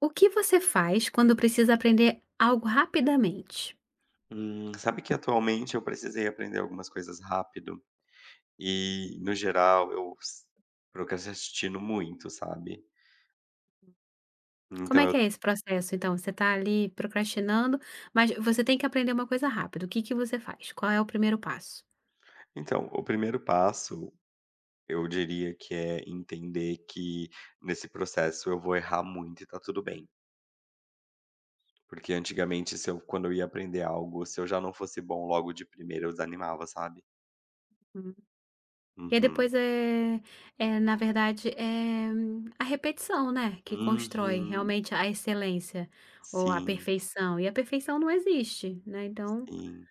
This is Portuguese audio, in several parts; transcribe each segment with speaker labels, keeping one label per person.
Speaker 1: O que você faz quando precisa aprender algo rapidamente?
Speaker 2: Sabe que atualmente eu precisei aprender algumas coisas rápido e, no geral, procrastino muito, sabe?
Speaker 1: Como
Speaker 2: Então,
Speaker 1: é que
Speaker 2: eu,
Speaker 1: é esse processo? Então, você está ali procrastinando, mas você tem que aprender uma coisa rápido. O que que você faz? Qual é o primeiro passo?
Speaker 2: então, o primeiro passo, eu diria que é entender que nesse processo eu vou errar muito e tá tudo bem. Porque antigamente, se eu, quando eu ia aprender algo, se eu já não fosse bom logo de primeira, eu desanimava, sabe?
Speaker 1: Hum. E aí
Speaker 2: Uhum.
Speaker 1: depois na verdade, a repetição, né, que constrói
Speaker 2: Uhum.
Speaker 1: realmente a excelência ou a
Speaker 2: Sim,
Speaker 1: perfeição. E a perfeição não existe, né? Então
Speaker 2: sim.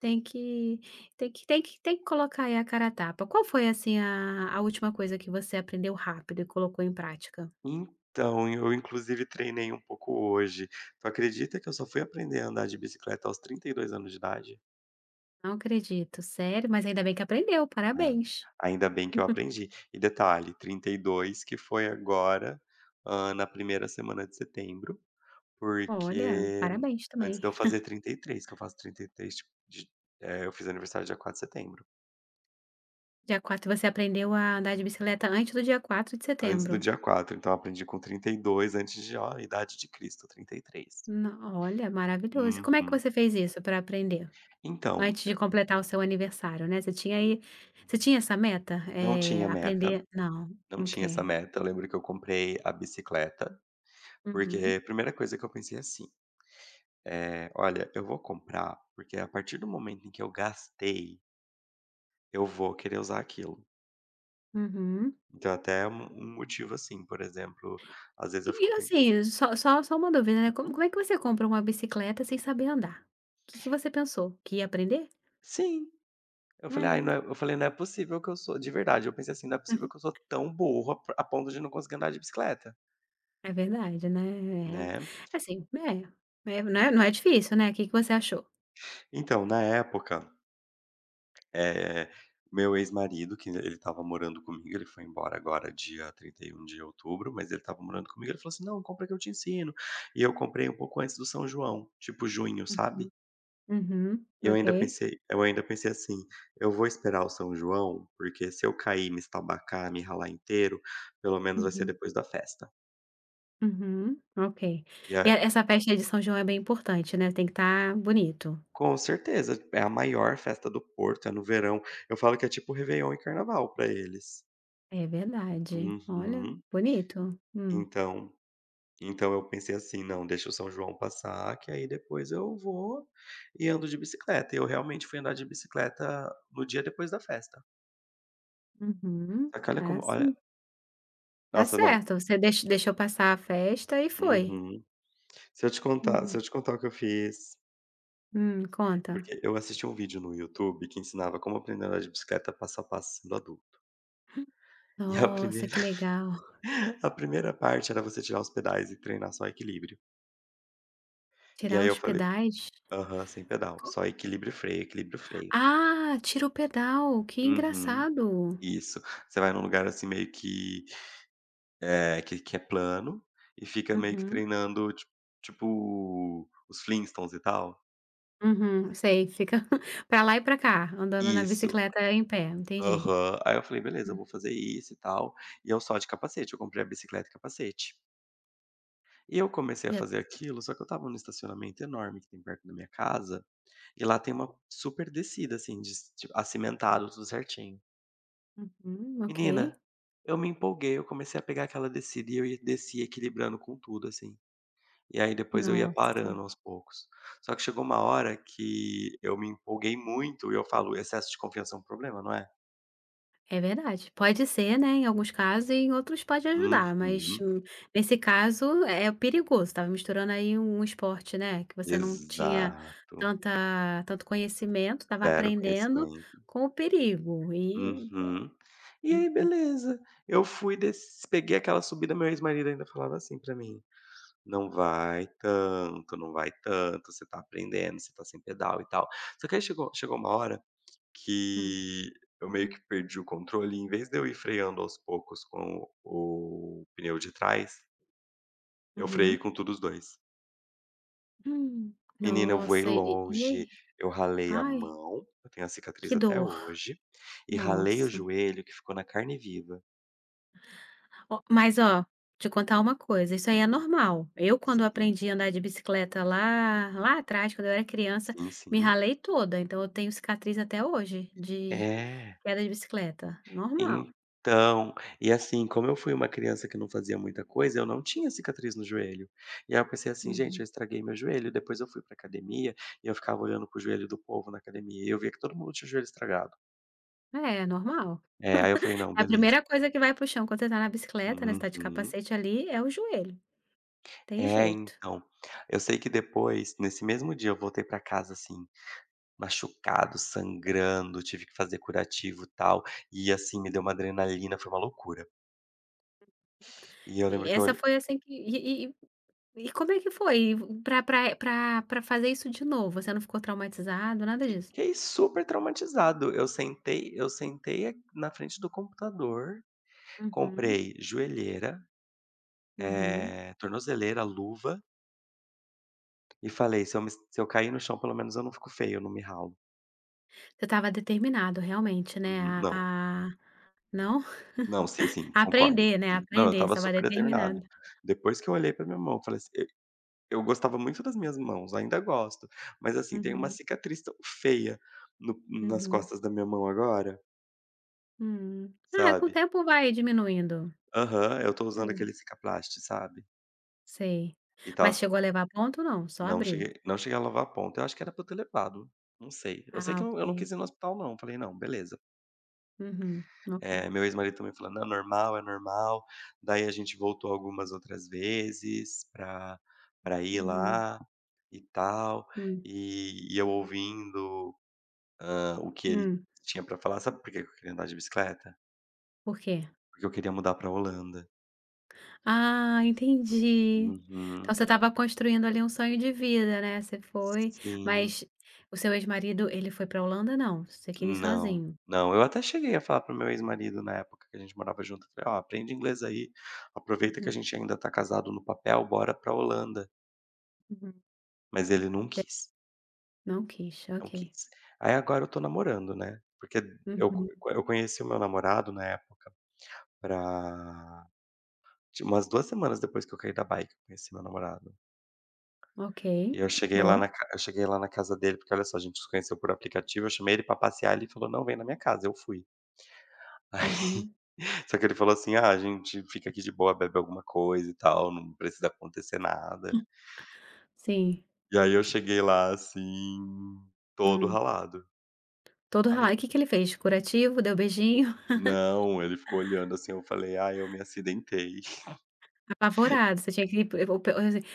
Speaker 1: tem que tem que colocar aí a cara a tapa. Qual foi assim a última coisa que você aprendeu rápido e colocou em prática?
Speaker 2: Então, eu inclusive treinei um pouco hoje. Tu acredita que eu só fui aprender a andar de bicicleta aos 32 anos de idade?
Speaker 1: Não acredito, sério? Mas ainda bem que aprendeu,
Speaker 2: Ai.
Speaker 1: parabéns.
Speaker 2: Ainda bem que eu aprendi. E detalhe, 32 que foi agora, na primeira semana de setembro,
Speaker 1: Olha,
Speaker 2: porque
Speaker 1: parabéns
Speaker 2: antes
Speaker 1: também.
Speaker 2: de eu fazer 33, que eu faço 33 eu fiz aniversário dia 4 de setembro,
Speaker 1: Dia quatro você aprendeu a andar de bicicleta antes do dia 4 de
Speaker 2: antes do
Speaker 1: setembro.
Speaker 2: dia 4, então eu aprendi com 32, antes de ó, idade de Cristo, 33.
Speaker 1: No olha, maravilhoso. E como é que
Speaker 2: Uhum.
Speaker 1: você fez isso para aprender?
Speaker 2: Então,
Speaker 1: Antes de
Speaker 2: eu
Speaker 1: completar o seu aniversário, né, você tinha essa meta?
Speaker 2: não tinha meta.
Speaker 1: Aprender não,
Speaker 2: Não
Speaker 1: não
Speaker 2: tinha essa
Speaker 1: quer.
Speaker 2: meta, eu lembro que eu comprei a bicicleta, porque
Speaker 1: Uhum,
Speaker 2: a primeira coisa que eu pensei é assim, é "Olha, eu vou comprar, porque a partir do momento em que eu gastei, eu vou querer usar aquilo".
Speaker 1: uhum.
Speaker 2: Então até um motivo, assim, por exemplo, às vezes eu
Speaker 1: E,
Speaker 2: fico. Pen
Speaker 1: assim, só uma dúvida, né, como
Speaker 2: Uhum.
Speaker 1: é que você compra uma bicicleta sem saber andar? O que que você pensou? Que ia aprender?
Speaker 2: Sim, eu falei: "Ai,
Speaker 1: É.
Speaker 2: não é", eu falei: "Não é possível que eu sou", de verdade, eu pensei assim: "Não é possível que eu sou tão burro a ponto de não conseguir andar de bicicleta",
Speaker 1: É verdade, né, é.
Speaker 2: né.
Speaker 1: Assim, é, é, né, não é difícil, né. O que que você achou?
Speaker 2: Então, na época, Eh, meu ex-marido, que ele estava morando comigo, ele foi embora agora dia 31 de outubro, mas ele estava morando comigo, ele falou assim: "Não, compra que eu te ensino". E eu comprei um pouco antes do São João, tipo junho,
Speaker 1: Uhum,
Speaker 2: sabe.
Speaker 1: uhum,
Speaker 2: Eu ainda
Speaker 1: ok.
Speaker 2: pensei eu ainda pensei assim: "Eu vou esperar o São João, porque se eu cair, me estabacar, me ralar inteiro, pelo menos vai ser
Speaker 1: Uhum,
Speaker 2: depois da festa".
Speaker 1: uhum, ok.
Speaker 2: E é
Speaker 1: E a essa festa de São João é bem importante, né, tem que estar bonito.
Speaker 2: com certeza, é a maior festa do Porto, é no verão. Eu falo que é tipo Réveillon e Carnaval pra eles.
Speaker 1: É verdade. Olha,
Speaker 2: Uhum.
Speaker 1: bonito.
Speaker 2: Então Então eu pensei assim: "Não, deixa o São João passar, que aí depois eu vou e ando de bicicleta". E eu realmente fui andar de bicicleta no dia depois da festa.
Speaker 1: Uhum.
Speaker 2: Só que olha,
Speaker 1: Ah,
Speaker 2: como olha,
Speaker 1: sim. Tá
Speaker 2: nossa, não.
Speaker 1: certo, você deixou passar a festa e foi.
Speaker 2: Uhum. Se eu te contar se
Speaker 1: Uhum.
Speaker 2: eu te contar o que eu fiz,
Speaker 1: Conta.
Speaker 2: porque eu assisti um vídeo no YouTube que ensinava como aprender a andar de bicicleta passo a passo sendo adulto. E a
Speaker 1: Nossa,
Speaker 2: primeira,
Speaker 1: que legal.
Speaker 2: a primeira parte era você tirar os pedais e treinar só equilíbrio. E
Speaker 1: Tirar
Speaker 2: aí eu
Speaker 1: os
Speaker 2: falei
Speaker 1: pedais?
Speaker 2: aham, sem pedal, só equilíbrio e freio, equilíbrio e freio.
Speaker 1: Ah, tira o pedal, que
Speaker 2: Uhum,
Speaker 1: engraçado.
Speaker 2: isso. Você vai num lugar, assim, meio que é, que é plano e fica meio que
Speaker 1: Uhum,
Speaker 2: treinando ti tipo os Flintstones e tal.
Speaker 1: uhum, sei, fica pra lá e pra cá, andando na
Speaker 2: Isso.
Speaker 1: bicicleta em pé, entendi.
Speaker 2: Aham. Aí eu falei: "Beleza, eu
Speaker 1: Hum,
Speaker 2: vou fazer isso e tal". E eu só de capacete, eu comprei a bicicleta e capacete. E eu comecei a
Speaker 1: e
Speaker 2: fazer aquilo, só que eu estava num estacionamento enorme que tem perto da minha casa, e lá tem uma super descida, assim, de tipo acimentado, tudo certinho.
Speaker 1: uhum, ok.
Speaker 2: Menina, eu me empolguei, eu comecei a pegar aquela descida e eu ia descia equilibrando com tudo, assim. E aí depois eu ia
Speaker 1: Nossa,
Speaker 2: parando aos poucos. Só que chegou uma hora que eu me empolguei muito e eu falo: "Excesso de confiança é um problema, não é?"
Speaker 1: é verdade. Pode ser, né, em alguns casos e em outros pode ajudar, mas,
Speaker 2: Uhum.
Speaker 1: nesse caso é perigoso, estava misturando aí um esporte, né, que você não tinha
Speaker 2: Exato.
Speaker 1: tanta tanto conhecimento, estava
Speaker 2: Zero
Speaker 1: aprendendo,
Speaker 2: conhecimento.
Speaker 1: com o perigo e
Speaker 2: Uhum. E aí
Speaker 1: hum,
Speaker 2: beleza, eu fui desci peguei aquela subida, meu ex-marido ainda falava assim pra mim: "Não vai tanto, não vai tanto, você tá aprendendo, você tá sem pedal e tal". Só que aí chegou uma hora
Speaker 1: hum,
Speaker 2: que eu meio que perdi o controle, em vez de eu ir freando aos poucos com o pneu de trás, eu
Speaker 1: uhum.
Speaker 2: freiei com todos os 2. Menina, eu voei
Speaker 1: Nossa, e
Speaker 2: longe,
Speaker 1: aí?
Speaker 2: eu ralei a
Speaker 1: Ai,
Speaker 2: mão, eu tenho a
Speaker 1: que
Speaker 2: cicatriz até
Speaker 1: dor,
Speaker 2: hoje, e ralei o
Speaker 1: nossa.
Speaker 2: joelho que ficou na carne viva.
Speaker 1: Ó, mas ó, te contar uma coisa, isso aí é
Speaker 2: Uhum.
Speaker 1: normal. Eu quando
Speaker 2: Sim,
Speaker 1: aprendi a andar de bicicleta lá atrás, quando eu era criança,
Speaker 2: sim,
Speaker 1: me
Speaker 2: sim.
Speaker 1: ralei toda, então eu tenho cicatriz até hoje de
Speaker 2: É.
Speaker 1: queda de bicicleta, normal.
Speaker 2: Então, e assim, como eu fui uma criança que não fazia muita coisa, eu não tinha cicatriz no joelho. E aí eu pensei assim: "Gente, eu
Speaker 1: Uhum.
Speaker 2: estraguei meu joelho". Depois eu fui pra academia e eu ficava olhando para o joelho do povo na academia e eu via que todo mundo tinha o joelho estragado.
Speaker 1: É, normal.
Speaker 2: É, aí eu falei: "Não,
Speaker 1: A
Speaker 2: beleza".
Speaker 1: primeira coisa que vai para chão quando você está na bicicleta, né, você está de
Speaker 2: Uhum.
Speaker 1: capacete ali, é o joelho, tem
Speaker 2: É,
Speaker 1: jeito.
Speaker 2: então. Eu sei que depois, nesse mesmo dia, eu voltei pra casa, assim, machucado, sangrando, tive que fazer curativo, e tal, e assim, me deu uma adrenalina, foi uma loucura. E eu
Speaker 1: E
Speaker 2: lembro que eu
Speaker 1: essa foi assim que E como é que foi pra fazer isso de novo? Você não ficou traumatizado, nada disso?
Speaker 2: fiquei super traumatizado. Eu sentei a na frente do computador,
Speaker 1: Uhum,
Speaker 2: comprei joelheira,
Speaker 1: uhum.
Speaker 2: tornozeleira, luva, e falei: Se eu cair no chão, pelo menos eu não fico feio, eu não me ralo".
Speaker 1: Você estava determinado realmente, né,
Speaker 2: Uhum. Não,
Speaker 1: a não?
Speaker 2: não, sim, sim,
Speaker 1: A
Speaker 2: concordo,
Speaker 1: aprender, né, A
Speaker 2: sim. Não, eu
Speaker 1: aprender, você
Speaker 2: tava
Speaker 1: estava
Speaker 2: super
Speaker 1: determinado.
Speaker 2: determinado. Depois que eu olhei pra minha mão, eu falei assim, e eu gostava muito das minhas mãos, ainda gosto, mas, assim, tem uma
Speaker 1: Uhum,
Speaker 2: cicatriz tão feia no nas
Speaker 1: uhum.
Speaker 2: costas da minha mão agora,
Speaker 1: Hum. Ah, com o
Speaker 2: sabe.
Speaker 1: tempo vai diminuindo.
Speaker 2: Aham, eu tô usando
Speaker 1: É,
Speaker 2: aquele Cicaplast, sabe.
Speaker 1: sei.
Speaker 2: E tá.
Speaker 1: Mas chegou a levar ponto não, só
Speaker 2: Não
Speaker 1: abriu?
Speaker 2: cheguei não cheguei a lavar a ponta. Eu acho que era pra eu ter levado, não sei. Eu sei
Speaker 1: Ah,
Speaker 2: que eu não
Speaker 1: ok.
Speaker 2: quis ir no hospital não, falei: "Não, beleza".
Speaker 1: Uhum, ok.
Speaker 2: Meu ex-marido também falando: "Não, é normal, é normal". Daí a gente voltou algumas outras vezes pra ir
Speaker 1: Uhum.
Speaker 2: lá e tal,
Speaker 1: Hum,
Speaker 2: e eu ouvindo, o que ele
Speaker 1: hum.
Speaker 2: tinha pra falar. Sabe por que que eu queria andar de bicicleta?
Speaker 1: Por quê?
Speaker 2: Porque eu queria mudar pra Holanda.
Speaker 1: Ah, entendi. Então
Speaker 2: Uhum.
Speaker 1: você estava construindo ali um sonho de vida, né, você foi
Speaker 2: Sim.
Speaker 1: mas o seu ex-marido, ele foi pra Holanda não? Você queria ir
Speaker 2: Não,
Speaker 1: sozinho?
Speaker 2: não. Eu até cheguei a falar para o meu ex-marido na época que a gente morava junto, falei: "Ó, aprende inglês aí, aproveita que a
Speaker 1: Uhum,
Speaker 2: gente ainda tá casado no papel, bora pra Holanda".
Speaker 1: uhum.
Speaker 2: Mas ele não quis,
Speaker 1: Não quis,
Speaker 2: não
Speaker 1: ok.
Speaker 2: quis. Aí agora eu tô namorando, né, porque eu
Speaker 1: Uhum,
Speaker 2: co eu conheci o meu namorado na época, pra de umas 2 semanas depois que eu caí da bike, eu conheci meu namorado.
Speaker 1: ok,
Speaker 2: E
Speaker 1: boa.
Speaker 2: eu cheguei lá na casa dele, porque olha só, a gente se conheceu por aplicativo, eu chamei ele pra passear, ele falou: "Não, vem na minha casa", eu fui.
Speaker 1: Uhum,
Speaker 2: Só que ele falou assim: "Ah, a gente fica aqui de boa, bebe alguma coisa e tal, não precisa acontecer nada".
Speaker 1: sim.
Speaker 2: E aí eu cheguei lá, assim, todo
Speaker 1: Hum.
Speaker 2: ralado.
Speaker 1: Todo
Speaker 2: Aí
Speaker 1: ralado. E o que que ele fez? Curativo? Deu beijinho?
Speaker 2: não, ele ficou olhando, assim, eu falei: "ah, eu me acidentei".
Speaker 1: Apavorado, você tinha que ir pro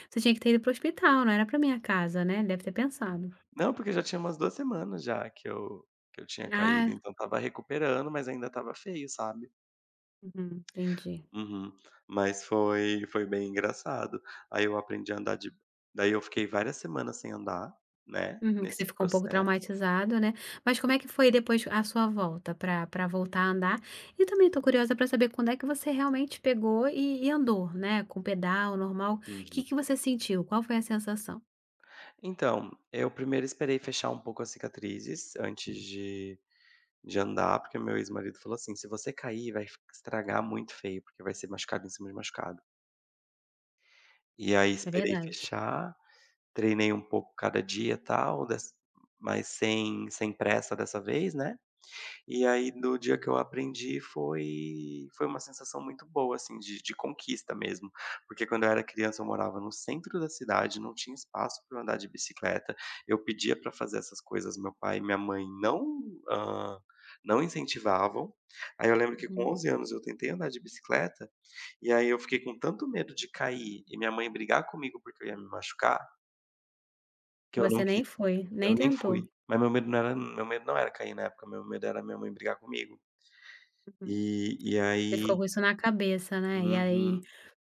Speaker 1: você tinha que ter ido pro hospital, não era pra minha casa, né, ele deve ter pensado.
Speaker 2: Não, porque já tinha umas 2 semanas já que eu tinha caído,
Speaker 1: Ah,
Speaker 2: então estava recuperando, mas ainda estava feio, sabe.
Speaker 1: uhum, entendi.
Speaker 2: Uhum. Mas foi bem engraçado. Aí eu aprendi a andar. De Daí eu fiquei várias semanas sem andar, né,
Speaker 1: Uhum, que você
Speaker 2: nesse
Speaker 1: ficou um pouco
Speaker 2: processo.
Speaker 1: traumatizado, né. Mas como é que foi depois a sua volta para voltar a andar? E também tô curiosa para saber quando é que você realmente pegou e andou, né, com pedal normal. O que
Speaker 2: Uhum.
Speaker 1: que você sentiu? Qual foi a sensação?
Speaker 2: Então, eu primeiro esperei fechar um pouco as cicatrizes antes de andar, porque meu ex-marido falou assim: "Se você cair, vai f estragar muito feio, porque vai ser machucado em cima de machucado". E aí
Speaker 1: É
Speaker 2: esperei
Speaker 1: verdade.
Speaker 2: fechar, treinei um pouco cada dia, tal, des mas sem pressa dessa vez, né. E aí no dia que eu aprendi foi uma sensação muito boa, assim, de conquista mesmo, porque quando eu era criança eu morava no centro da cidade, não tinha espaço para andar de bicicleta, eu pedia para fazer essas coisas, meu pai e minha mãe não, hã, não incentivavam. Aí eu lembro que
Speaker 1: Uhum.
Speaker 2: com 11 anos eu tentei andar de bicicleta, e aí eu fiquei com tanto medo de cair e minha mãe brigar comigo porque eu ia me machucar, que eu não
Speaker 1: Você nem
Speaker 2: quis.
Speaker 1: foi, nem
Speaker 2: Eu nem
Speaker 1: tentou.
Speaker 2: fui. Mas meu medo não era cair na época, meu medo era minha mãe brigar comigo.
Speaker 1: Uhum.
Speaker 2: E
Speaker 1: Você ficou
Speaker 2: aí
Speaker 1: com isso na cabeça, né, e aí.
Speaker 2: uhum,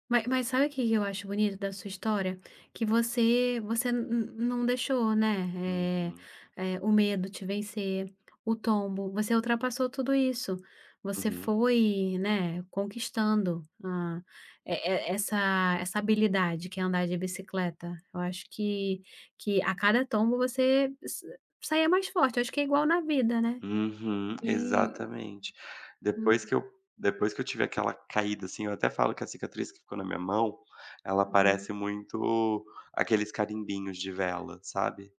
Speaker 1: Ma Mas sabe o que que eu acho bonito da sua história? Que você você n n não deixou, né,
Speaker 2: uhum,
Speaker 1: o medo te vencer, o tombo, você ultrapassou tudo isso. Você
Speaker 2: uhum,
Speaker 1: foi, né, conquistando, e essa essa habilidade que é andar de bicicleta. Eu acho que a cada tombo você sa saía mais forte. Eu acho que é igual na vida, né.
Speaker 2: uhum,
Speaker 1: E
Speaker 2: exatamente. Depois que eu depois que eu tive aquela caída, assim, eu até falo que a cicatriz que ficou na minha mão, ela
Speaker 1: uhum,
Speaker 2: parece muito aqueles carimbinhos de vela, sabe.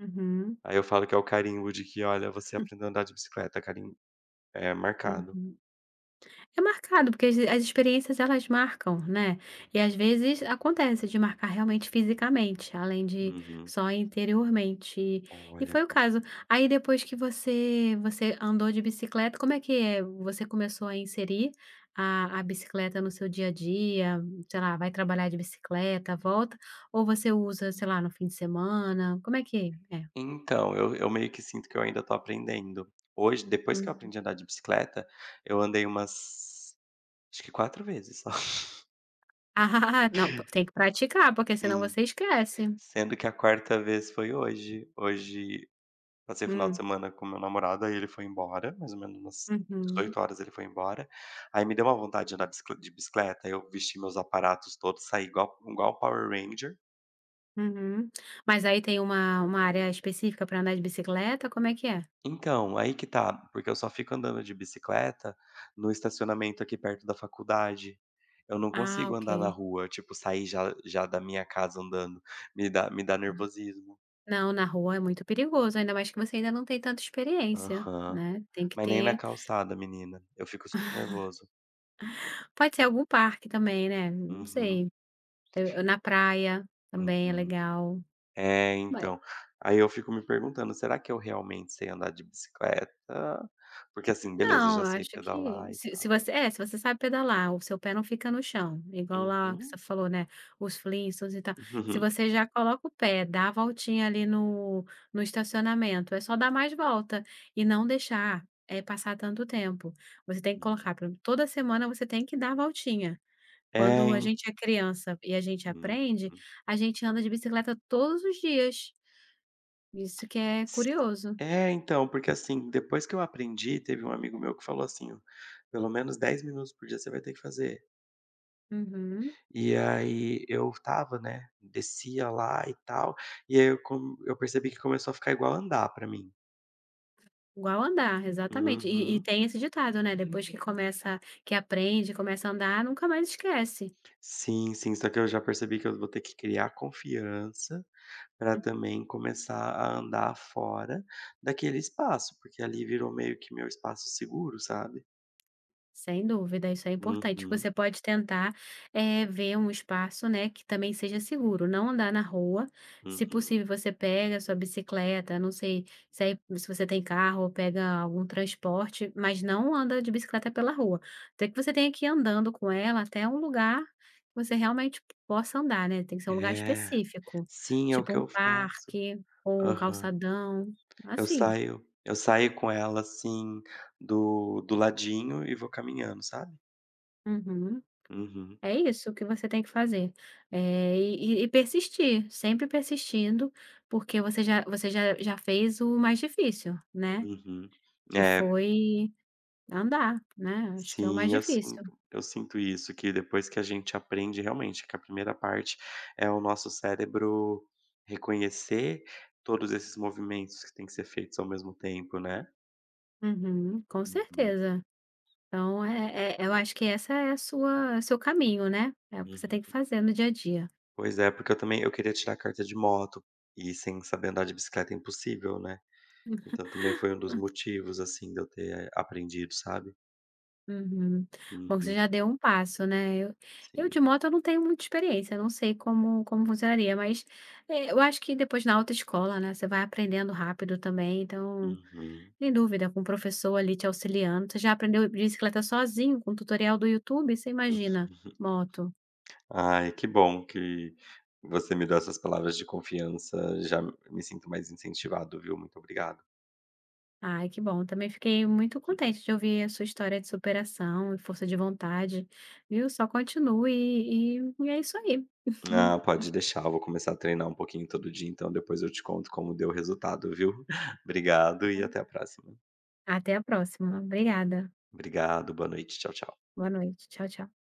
Speaker 1: uhum,
Speaker 2: Aí eu falo que é o carimbo de que: "Olha, você aprendeu a andar de bicicleta, carim é marcado".
Speaker 1: uhum. É marcado, porque as as experiências elas marcam, né. E às vezes acontece de marcar realmente fisicamente, além de
Speaker 2: Uhum.
Speaker 1: só interiormente. E
Speaker 2: Olha,
Speaker 1: foi o caso. Aí depois que você andou de bicicleta, como é que é? Você começou a inserir a bicicleta no seu dia a dia, sei lá, vai trabalhar de bicicleta, volta, ou você usa, sei lá, no fim de semana? Como é que é?
Speaker 2: então, eu meio que sinto que eu ainda tô aprendendo. Hoje, depois que eu
Speaker 1: Uhum.
Speaker 2: aprendi a andar de bicicleta, eu andei umas, acho que 4 vezes só.
Speaker 1: Ah, não, tem que praticar, porque senão
Speaker 2: Sim.
Speaker 1: você esquece.
Speaker 2: Sendo que a quarta vez foi hoje. Hoje passei o final de
Speaker 1: Hum,
Speaker 2: semana com meu namorado, aí ele foi embora, mais ou menos umas
Speaker 1: uhum.
Speaker 2: 18 horas ele foi embora. Aí me deu uma vontade de andar bicicle de bicicleta, eu vesti meus aparatos todos, saí igual Power Ranger.
Speaker 1: Uhum. Mas aí tem uma área específica para andar de bicicleta, como é que é?
Speaker 2: Então, aí que tá, porque eu só fico andando de bicicleta no estacionamento aqui perto da faculdade. Eu não
Speaker 1: Ah,
Speaker 2: consigo andar na
Speaker 1: ok.
Speaker 2: rua, tipo, sair já já da minha casa andando, me dá nervosismo.
Speaker 1: Não, na rua é muito perigoso, ainda mais que você ainda não tem tanta experiência,
Speaker 2: Aham.
Speaker 1: né, tem que
Speaker 2: Mas nem na
Speaker 1: ter.
Speaker 2: calçada, menina, eu fico super nervoso.
Speaker 1: Pode ser algum parque também, né, não
Speaker 2: Uhum,
Speaker 1: sei, na praia também é
Speaker 2: uhum.
Speaker 1: legal.
Speaker 2: É, então. Aí eu fico me perguntando: "Será que eu realmente sei andar de bicicleta?" Porque, assim, beleza,
Speaker 1: Não,
Speaker 2: já
Speaker 1: eu
Speaker 2: sei
Speaker 1: acho que
Speaker 2: pedalar e
Speaker 1: se você é, se você sabe pedalar, o seu pé não fica no chão, igual lá que você
Speaker 2: uhum.
Speaker 1: falou, né, os Flintstones e tal. Se você já coloca o pé, dá a voltinha ali no estacionamento, é só dar mais volta e não deixar, passar tanto tempo. Você tem que
Speaker 2: Hum.
Speaker 1: colocar por exemplo, toda semana você tem que dar a voltinha.
Speaker 2: É,
Speaker 1: Quando a
Speaker 2: en
Speaker 1: gente é criança e a gente
Speaker 2: uhum.
Speaker 1: aprende, a gente anda de bicicleta todos os dias. Isso que é
Speaker 2: S
Speaker 1: curioso.
Speaker 2: É, então, porque, assim, depois que eu aprendi, teve um amigo meu que falou assim: "Ó, pelo menos 10 minutos por dia você vai ter que fazer".
Speaker 1: Uhum.
Speaker 2: E aí eu tava né, descia lá e tal, e aí eu percebi que começou a ficar igual andar pra mim.
Speaker 1: Igual andar, exatamente. E
Speaker 2: Uhum.
Speaker 1: tem esse ditado, né, depois que Uhum. começa, que aprende, começa a andar, nunca mais esquece.
Speaker 2: Sim, sim, só que eu já percebi que eu vou ter que criar confiança para também começar a andar fora daquele espaço, porque ali virou meio que meu espaço seguro, sabe.
Speaker 1: Sem dúvida, isso é importante.
Speaker 2: Uhum,
Speaker 1: Você pode tentar, ver um espaço, né, que também seja seguro, não andar na rua. Se
Speaker 2: uhum.
Speaker 1: possível, você pega a sua bicicleta, não sei se aí se você tem carro ou pega algum transporte, mas não anda de bicicleta pela rua. Até que você tenha que ir andando com ela até um lugar que você realmente possa andar, né, tem que ser um lugar
Speaker 2: É.
Speaker 1: específico,
Speaker 2: Sim, é o
Speaker 1: tipo
Speaker 2: que
Speaker 1: um
Speaker 2: eu faço.
Speaker 1: parque ou um
Speaker 2: Aham.
Speaker 1: calçadão,
Speaker 2: Eu
Speaker 1: assim.
Speaker 2: saio eu saio com ela, assim, do ladinho e vou caminhando, sabe.
Speaker 1: Uhum.
Speaker 2: Uhum.
Speaker 1: É isso que você tem que fazer. E persistir, sempre persistindo, porque você já fez o mais difícil, né,
Speaker 2: Uhum.
Speaker 1: que
Speaker 2: É,
Speaker 1: foi andar, né, acho que é o mais
Speaker 2: sim, eu sinto
Speaker 1: difícil.
Speaker 2: eu sinto isso, que depois que a gente aprende realmente que a primeira parte é o nosso cérebro reconhecer todos esses movimentos que têm que ser feitos ao mesmo tempo, né.
Speaker 1: Uhum, com
Speaker 2: Uhum,
Speaker 1: certeza. Então, eu acho que essa é a sua seu caminho, né, é o que você tem que
Speaker 2: uhum.
Speaker 1: fazer no dia a dia.
Speaker 2: Pois é, porque eu também eu queria tirar a carta de moto, e sem saber andar de bicicleta é impossível, né. Então também foi um dos motivos, assim, de eu ter aprendido, sabe.
Speaker 1: Uhum. Bom, você
Speaker 2: Uhum,
Speaker 1: já deu um passo, né. Eu
Speaker 2: sim.
Speaker 1: de moto eu não tenho muita experiência, eu não sei como funcionaria, mas, eu acho que depois na autoescola, né, você vai aprendendo rápido também, então,
Speaker 2: Uhum.
Speaker 1: sem dúvida, com o professor ali te auxiliando. Você já aprendeu bicicleta sozinho com tutorial do YouTube? Você imagina, moto.
Speaker 2: Ai, que bom que você me deu essas palavras de confiança, já me sinto mais incentivado, viu. Muito obrigado.
Speaker 1: Ai, que bom, também fiquei muito contente de ouvir a sua história de superação e força de vontade, viu. Só continue e é isso aí.
Speaker 2: Ah, pode deixar, eu vou começar a treinar um pouquinho todo dia, então depois eu te conto como deu o resultado, viu. Obrigado e até a próxima.
Speaker 1: Até a próxima. Obrigada.
Speaker 2: Obrigado, boa noite. Tchau, tchau.
Speaker 1: Boa noite. Tchau, tchau.